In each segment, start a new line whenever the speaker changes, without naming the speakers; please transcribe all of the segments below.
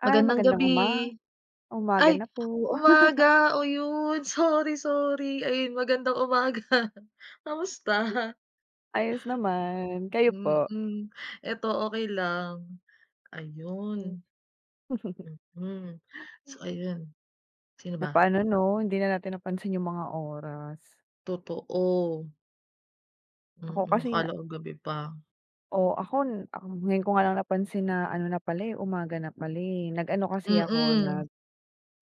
Ay,
Magandang
magandang
gabi.
umaga
Ay,
na po.
umaga, o yun, sorry, sorry. Ayun, magandang umaga. Kamusta?
Ayos naman, kayo po?
Mm, eto okay lang.
Hmm.
Ayun, mm. So ayun, sino ba?
Napaano 'no, hindi na natin napansin yung mga oras.
Totoo,
Ako kasi na
akala ko gabi pa.
oo, ako n ako ngayon ko nga lang napansin na ano na pala, eh, umaga na pala, eh. Nag-ano kasi ako,
Mm,
nag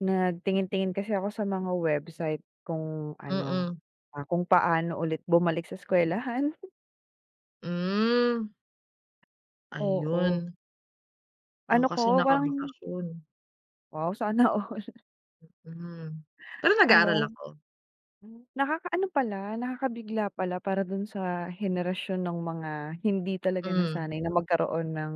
Nagtingin-tingin kasi ako sa mga website kung ano,
mm,
kung paano ulit bumalik sa eskuwelahan.
hmm,
Oo,
ayun. Ako
ano ko
kasi
parang
nakabakasyon,
wow, sana all.
hmm. Pero
Ano
nag-aaral ako,
Hmm, nakakaano pala, nakakabigla pala para dun sa henerasyon ng mga hindi talaga
hmm,
nasanay na magkaroon ng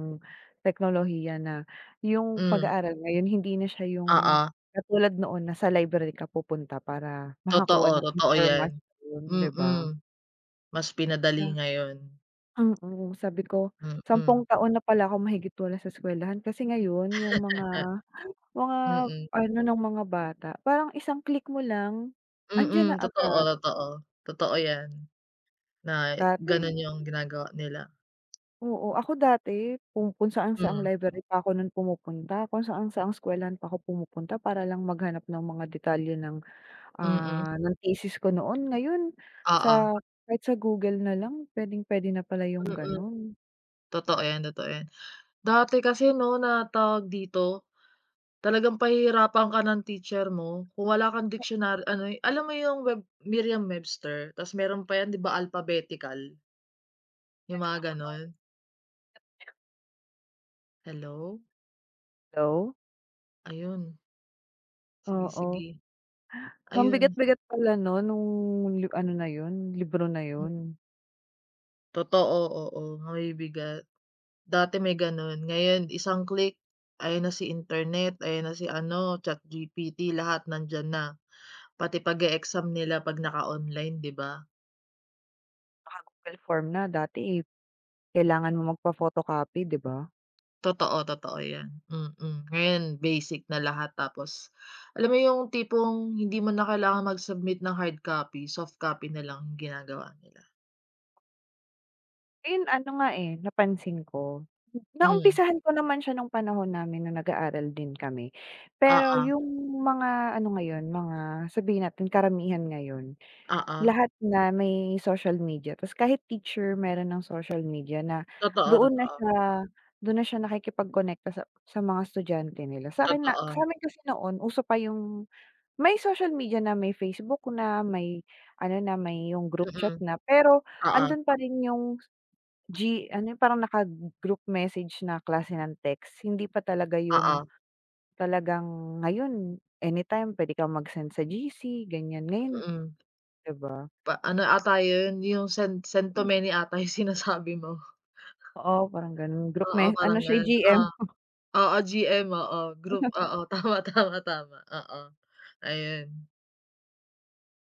teknolohiya na yung
hmm,
pag-aaral ngayon hindi na siya yung
oo.
katulad noon na sa library ka pupunta para makakuha
Totoo,
ng
totoo 'yan.
impormasyon, 'di ba?
Mm, mas pinadali
Na
ngayon.
mm, sabi ko, sampung
Mm,
taon na pala ako mahigit wala sa eskuwelahan kasi ngayon yung mga mga
mm,
ano ng mga bata parang isang click mo lang,
mm,
andiyan na
totoo,
agad.
totoo. Totoo 'yan, na
Dati
gano'n 'yung ginagawa nila.
Oo, ako dati kung saan-saang
Hmm,
library pa ako nun pumupunta, kung saan-saang eskuwelahan pa ako pumupunta para lang maghanap ng mga detalye ng,
mm,
ng thesis ko noon. Ngayon
oo,
sa kahit sa Google na lang pwede na pala yung
mm,
gano'n.
totoo 'yan, totoo 'yan. Dati kasi 'no, na tawag dito, talagang pahihirapan ka ng teacher mo kung wala kang dictionary ano, alam mo 'yung web Merriam-Webster, ta's meron pa 'yan 'di ba alphabetical, 'yung
Meron
mga
ako nung
gano'n. Hello?
Hello?
Ayun, sige,
Oo,
sige. Ayun.
mabigat-bigat pala nun nung li ano na yun, libro na
Hmm,
yun.
totoo, oo, may bigat. Dati may gano'n, ngayon isang click, ayan na si internet, ayan na si ano, ChatGPT, lahat nandiyan na. Pati pag-e-exam nila 'pag naka-online, 'di ba?
Naka-Google form na, dati eh, kailangan mo magpa-photocopy, 'di ba?
Totoo, totoo 'yan, mm. Ngayon basic na lahat tapos alam mo yung tipong hindi mo na kailangan mag-submit ng hard copy, soft copy na lang ginagawa nila.
Ayun ano nga, eh, napansin ko.
Hmm,
Naumpisahan ko naman siya nung panahon namin na nag-aaral din kami. Pero
oo,
yung mga ano ngayon, sabihin natin karamihan ngayon,
oo.
lahat na may social media ta's kahit teacher meron ng social media na
Totoo,
doon na
totoo,
siya doon na siya nakikipagkonekta sa mga estudyante nila. Sa'kin na
totoo.
sa'min kasi noon uso pa yung may social media na, may Facebook na, may ano na, may yung group chat
Mm,
na, pero
oo,
andun pa rin yung G ano yung parang naka-group message na klase ng text, hindi pa talaga
oo,
yung talagang ngayon anytime puwede kang mag-send sa GC ganyan. Ngayon
mm.
'di ba?
Pa ano ata yun, yung San San
Hmm.
Tomene ata yung sinasabi mo.
Oo, parang gano'n group
Oo,
me ano
parang
siya
ganun.
GM.
Oo, oo, GM, oo, group, oo, tama, tama, tama, oo. Ayun,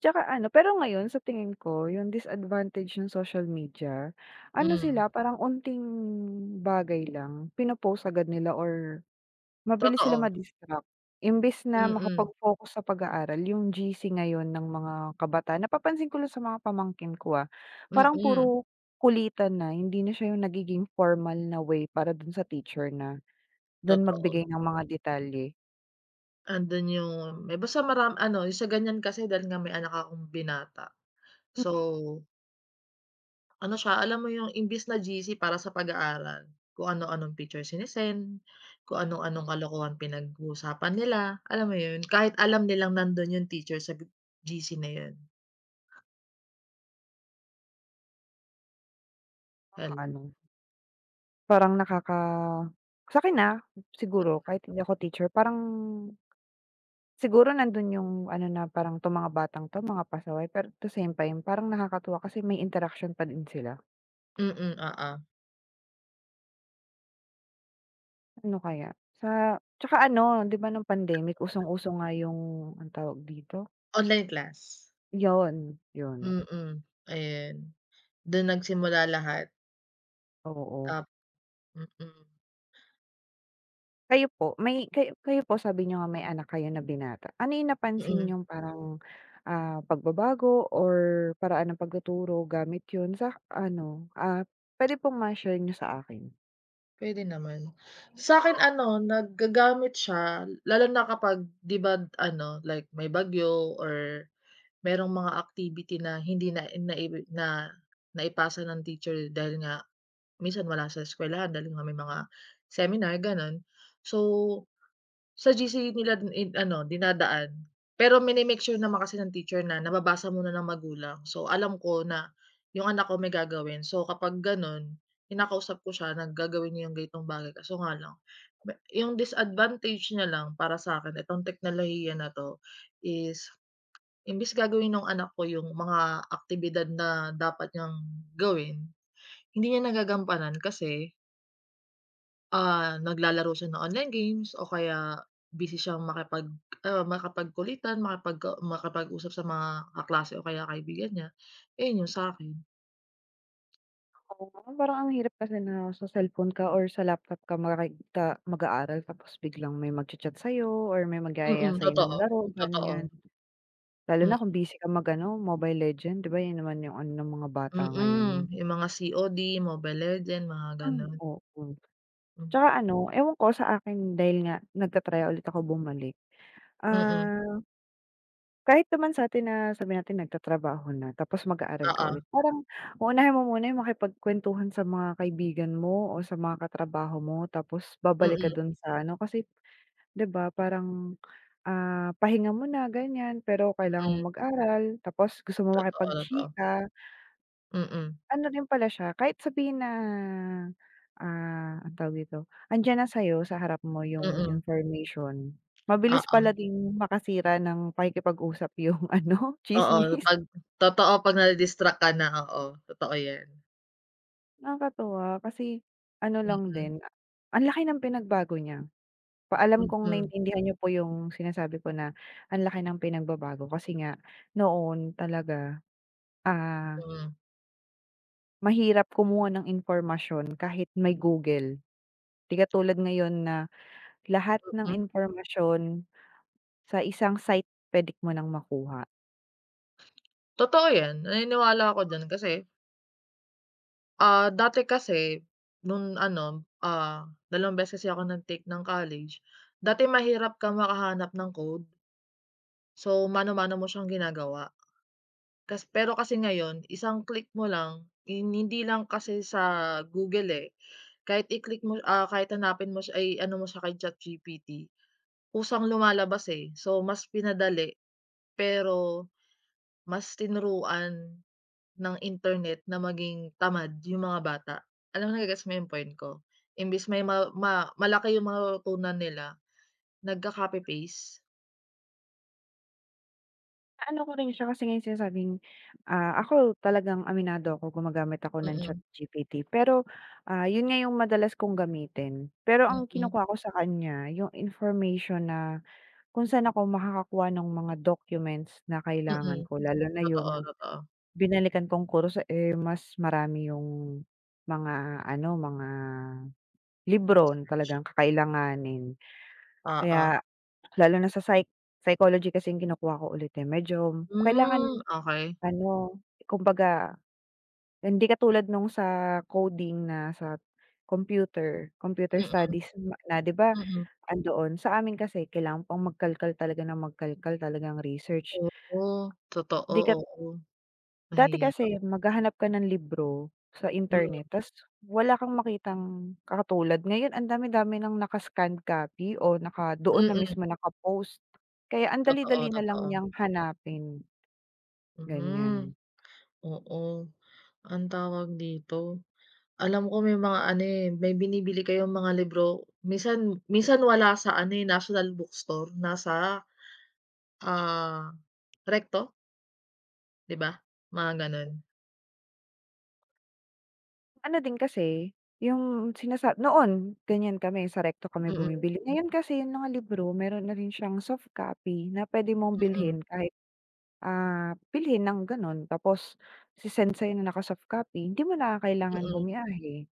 Tsaka ano pero ngayon sa tingin ko yung disadvantage ng social media, ano
hmm,
sila parang unting bagay lang pino-post agad nila or mabilis sila
totoo,
ma-distract. Imbes na
mm,
makapag-focus sa pag-aaral yung GC ngayon ng mga kabataan napapansin ko lang sa mga pamangkin ko, ah, parang
mm,
puro kulitan na hindi na siya yung nagiging formal na way para dun sa teacher na dun
totoo.
magbigay ng mga detalye.
Andun yung may basta maram ano, yung sa ganyan kasi dahil nga may anak akong binata.
Hmm,
So ano siya, alam mo yung imbis na GC para sa pag-aaral, kung ano-anong picture sine-send, kung anong-anong kalokohan pinag-uusapan nila, alam mo yun? Kahit alam nilang nandun yung teacher sa GC na yun. Hal
nakakaano, parang nakaka sa'kin, ah, siguro kahit hindi ako teacher parang siguro nandun yung ano na parang 'tong mga batang 'to mga pasaway pero at the same time parang nakakatuwa kasi may interaction pa din sila.
mm, oo.
Ano kaya? Tsaka ano, 'di ba nung pandemic usong-uso nga yung anong tawag dito?
Online class.
Yun, yun,
Mm, ayun. Dun nagsimula lahat
oo.
tap mm,
Kayo po, may kayo kayo po sabi niyo nga may anak kayo na binata. Ano yung napansin
mm,
niyong parang, pagbabago or paraan ng pagtuturo gamit yun sa ano, pwede pong ma-share niyo sa akin?
puwede naman. Sa'kin ano, naggagamit siya lalo na kapag 'di ba ano, like may bagyo or merong mga activity na hindi na naiwi na naipasa ng teacher dahil nga minsan wala sa eskuwelahan dahil nga may mga seminar gano'n. So, sa GC nila i ano dinadaan. Pero mini sure naman kasi ng teacher na nababasa muna ng magulang. So, alam ko na yung anak ko may gagawin. So, kapag gano'n, kinakausap ko siya na gagawin niya yung ganitong bagay kaso nga lang me yung disadvantage niya lang para sa akin itong teknolohiya na 'to is imbes gagawin ng anak ko yung mga aktibidad na dapat niyang gawin, hindi niya nagagampanan kasi, naglalaro siya ng online games o kaya busy siyang makipag, makipagkulitan, makipag-usap sa mga kaklase o kaya kaibigan niya. Ayun yung sa'kin.
Oo, parang ang hirap kasi na sa cellphone ka or sa laptop ka makakita mag-aaral tapos biglang may magchat chat sa'yo or may
Mm,
magyayaya sa'yo ng
totoo,
laro,
totoo.
ganyan. Lalo
Hmm,
na kung busy ka mag-ano, Mobile Legend, 'di ba 'yan naman yung ano ng mga bata ngayon?
mm, yung mga COD, Mobile Legend, mga
Hmm.
gano'n.
Oo. Tsaka
Hmm,
ano, ewan ko sa akin dahil nga nagta-try ulit ako bumalik,
mm,
ah, kahit naman sa'tin na sabihin natin nagtatrabaho na tapos mag-aaral ka
oo.
ulit, parang uunahin mo muna yung makipagkuwentuhan sa mga kaibigan mo o sa mga katrabaho mo tapos babalik ka
Mm,
dun sa ano kasi 'di ba parang, pahinga muna ganyan pero kailangan
mm,
mong mag-aral tapos gusto mo
totoo, totoo.
makipagchika.
Mm, mm,
Ano rin pala siya, kahit sabihin na, anong tawag dito, andiyan na sa'yo, sa harap mo yung
mm,
information, mabilis
oo.
pala ding makasira ng pakikipag-usap yung ano,
Oo,
tsismis.
'pag totoo 'pag nadi-distract ka na, oo, totoo 'yan.
Nakakatuwa kasi ano lang
Mm,
din, ang laki ng pinagbago niya. Paalam kung
mm,
naintindihan niyo po yung sinasabi ko na ang laki ng pinagbabago kasi nga noon talaga, ah,
mm,
mahirap kumuha ng impormasyon kahit may Google. Di katulad ngayon na lahat ng
mm.
impormasyon sa isang site puwede mo ng makuha.
Totoo 'yan, naniniwala ako diyan kasi, dati kasi nung ano, 2 beses kasi ako nag-take ng college. Dati mahirap kang makahanap ng code, so mano-mano mo siyang ginagawa. Kas pero kasi ngayon isang click mo lang, hin hindi lang kasi sa Google, eh, kahit i-click mo, kahit hanapin mo siya ay ano mo siya kay ChatGPT. Kusang lumalabas, eh. So, mas pinadali pero mas tinuruan ng internet na maging tamad yung mga bata. Alam mo nage-gets mo yung point ko? Imbes may ma ma malaki yung matututunan nila, nagka-copy paste.
Ano ko rin siya kasi ngayon yung sinasabing, ako talagang aminado ako gumagamit ako ng
Mm,
ChatGPT pero, yun nga yung madalas kong gamitin. Pero ang
mm,
kinukuha ko sa kanya yung information na kung saan ako makakakuha ng mga documents na kailangan
mm.
ko lalo na
Totoo,
yung
totoo.
binalikan kong kurso, eh, mas marami yung mga ano, mga libro na
Research.
talagang kakailanganin.
Oo.
Kaya Lalo na sa psychology kasi yung kinukuha ko ulit, eh, medyo kailangan
Hmm, okey.
ano, kumbaga hindi katulad nung sa coding na sa computer
Mm,
studies ma na 'di ba,
mm.
andoon. Sa amin kasi kailangan pang magkalkal talaga ng magkalkal, talagang research.
Oo, totoo,
Hindi ka
oo.
Dati
Mahirap.
kasi maghahanap ka ng libro sa
Hmm,
internet ta's wala kang makitang katulad. Ngayon ang dami-dami ng naka-scanned copy o naka doon na
mm.
mismo naka-post. Kaya ang
Totoo,
dali-dali na lang
totoo.
niyang hanapin,
Hmm,
ganyan.
oo. Anong tawag dito? Alam ko may mga ano, eh, may binibili kayong mga libro minsan minsan wala sa ano, eh, National Bookstore, nasa, ah, Recto, 'di ba? Mga gano'n.
Ano din kasi, yung sinasa noon ganyan kami, sa Rekto kami
Mm,
bumibili. Ngayon kasi yung mga libro meron na rin siyang soft copy na puwede mong
mm,
bilhin kahit, bilhin ng gano'n tapos ise-send sa'yo na naka-soft copy. Hindi mo na kailangan
mm,
bumiyahe.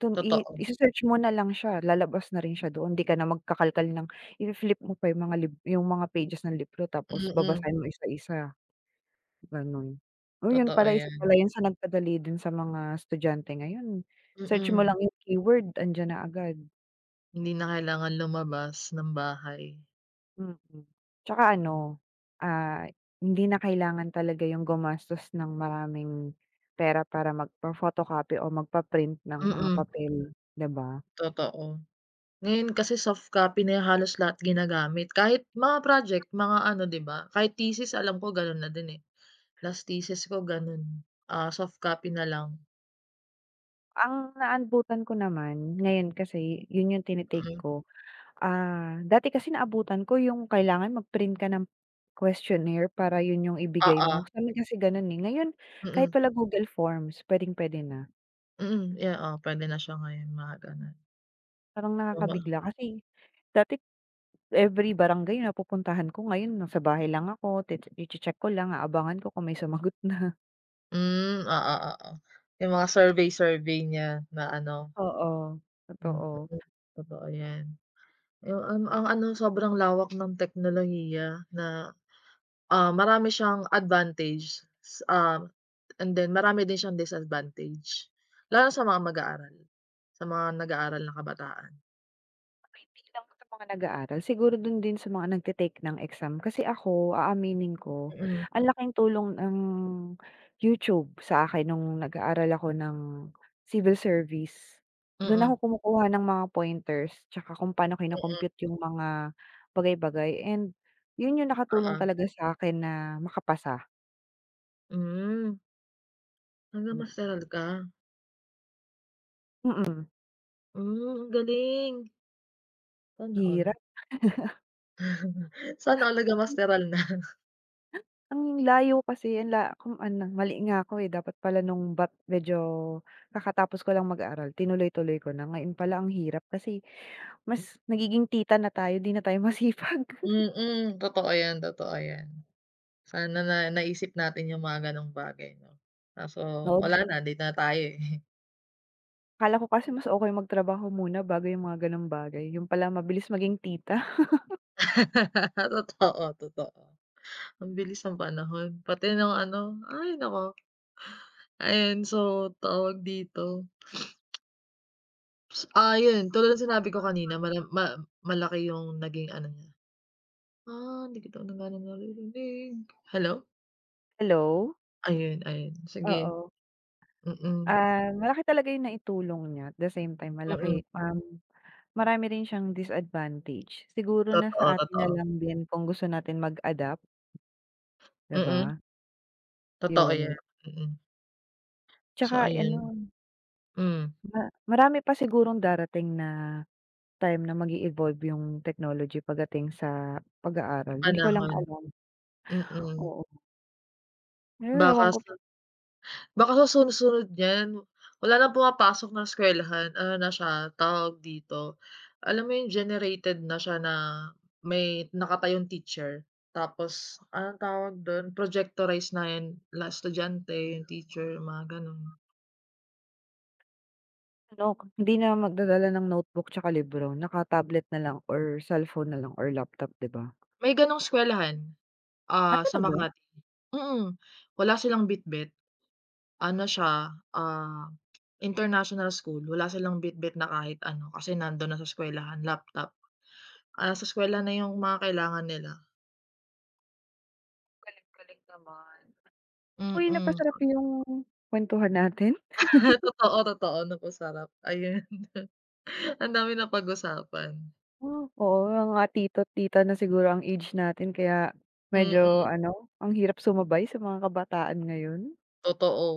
Dun
totoo.
ise-search mo na lang siya, lalabas na rin siya doon, 'di ka na magkakalkal ng i-fi-flip mo pa yung mga lib yung mga pages ng libro tapos
Mm,
babasahin mo isa-isa, gano'n. Oh, yun
totoo
pala isa pala
'yan.
yun sa nagpadali din sa mga estudyante ngayon, search mo
Mm,
lang yung keyword andiyan na agad,
hindi na kailangan lumabas ng bahay.
mm. Tsaka ano, ah, hindi na kailangan talaga yung gumastos ng maraming pera para magpa-photocopy o magpa-print ng mga
Mm,
papel, 'di ba?
totoo. Ngayon kasi soft copy na halos lahat ginagamit kahit mga project, mga ano, 'di ba? Kahit thesis alam ko gano'n na din, eh. Last thesis ko gano'n, soft copy na lang,
Ang naabutan ko naman, ngayon kasi yun yung
mm.
ko, ah, dati kasi naabutan ko yung kailangan mag-print ka ng questionnaire para yun yung ibigay
Oo,
mo. Sa'min kasi ganun, eh. Ngayon kahit
mm,
pala Google Forms puwedeng-puwede na.
mm, yeah, oo puwede na siya ngayon mga gano'n.
Parang
Yung mga
nakakabigla kasi dati every barangay na pupuntahan ko, ngayon nasa bahay lang ako, iche-check ko lang, aabangan ko kung may sumagot na.
hmm, oo, oo. Yung mga survey-survey niya na ano,
Oo,
mm,
totoo.
mm, totoo 'yan. Yung ang ano sobrang lawak ng teknolohiya na, marami siyang advantage, ah, and then marami din siyang disadvantage, lalo sa mga mag-aaral, sa mga nag-aaral na kabataan.
Hindi lang sa mga nag-aaral, siguro dun din sa mga nagte-take ng exam. Kasi ako, aaminin ko,
Mm,
ang laking tulong ng YouTube sa akin nung nag-aaral ako ng civil service. Dun ako
mm,
kumukuha ng mga pointers tsaka kung paano
mm,
kino-compute yung mga bagay-bagay and yun yung nakatulong
oo,
talaga sa akin na makapasa.
hmm.
Mm,
Naga-masteral ka?
Mm.
Hmm, ang galing. Sana all.
Hirap.
Sana all naga-masteral na.
Ang layo kasi ang la kung ano, mali nga ako, eh, dapat pala nung bat medyo kakatapos ko lang mag-aral tinuloy-tuloy ko na, ngayon pala ang hirap kasi mas nagiging tita na tayo 'di na tayo masipag.
Mm, totoo 'yan, totoo 'yan. Sana na naisip natin yung mga gano'ng bagay 'no. Kaso
Oh.
wala na, late na tayo, eh.
Akala ko kasi mas okey magtrabaho muna bago yung mga gano'ng bagay, yun pala mabilis maging tita.
Totoo, totoo. Ang bilis ng panahon, pati nung ano, ay nako. Ayan, so tawag dito, S- 'yun tulad ng sinabi ko kanina mala ma malaki yung naging ano niya. Ah, hindi kita na gaano naririnig. Hello?
Hello?
Ayun, ayun sige,
Oo,
mm,
malaki talaga yung naitulong niya at the same time
mm,
malaki, marami rin siyang disadvantage. Siguro
totoo,
nasa atin na
totoo,
lang din kung gusto natin mag-adapt, 'di ba?
mm, totoo yan,
Yun.
mm. So
Tsaka ano,
ayun, hmm,
ma marami pa sigurong darating na time na mag-e-evolve yung technology pagdating sa pag-aaral, hindi ko lang
panahon,
alam,
mm.
oo. Eh, ewan
Baka
ko
sa baka sa sunod-sunod niyan wala nang pumapasok ng eskuwelahan ano na siya tawag dito, alam mo yung generated na siya na may nakatayong teacher tapos anong tawag dun, Projectorized na yung la estudyante, yung teacher, mga ganun.
ano, hindi na magdadala ng notebook tsaka libro, naka-tablet na lang or cellphone na lang or laptop, 'di ba?
May ganong eskuwelahan,
Ah,
sa
talaga?
Makati. Mm, wala silang Bitbit. Ano siya, international school. Wala silang Bitbit na kahit ano, kasi nando'n na sa eskuwelahan, laptop. Ah, sa eskuwela na yung mga kailangan nila.
Galing-galing naman. Uy,
Mm.
napasarap yung kuwentuhan natin.
Totoo, totoo napasarap, ayun. Ang dami napag-usapan.
Oh, oo, mga tito't tita na siguro ang age natin kaya
Mm,
medyo ano, ang hirap sumabay sa mga kabataan ngayon.
totoo.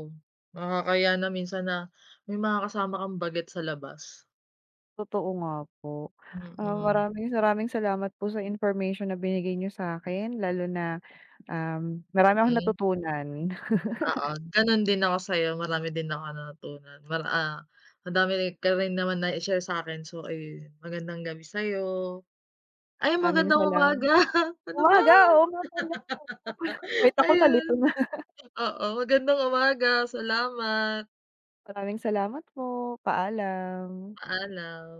Nakakahiya na minsan na may mga kasama kang bagets sa labas.
Totoo nga po. Ah,
Mm,
maraming maraming salamat po sa information na binigay niyo sa'kin lalo na, marami akong
mm.
natutunan.
Oo, gano'n din ako sa'yo marami din ako natutunan mara ah, ang dami ka rin naman nai-share sa'kin so ayun, magandang gabi sa'yo. Ay
Maraming
magandang
salam
umaga, ano ba?
Umaga, oo nga pala, oo nga pala. Wait ako
Ayun,
nalito na.
oo magandang umaga, salamat,
Maraming salamat po, paalam.
paalam.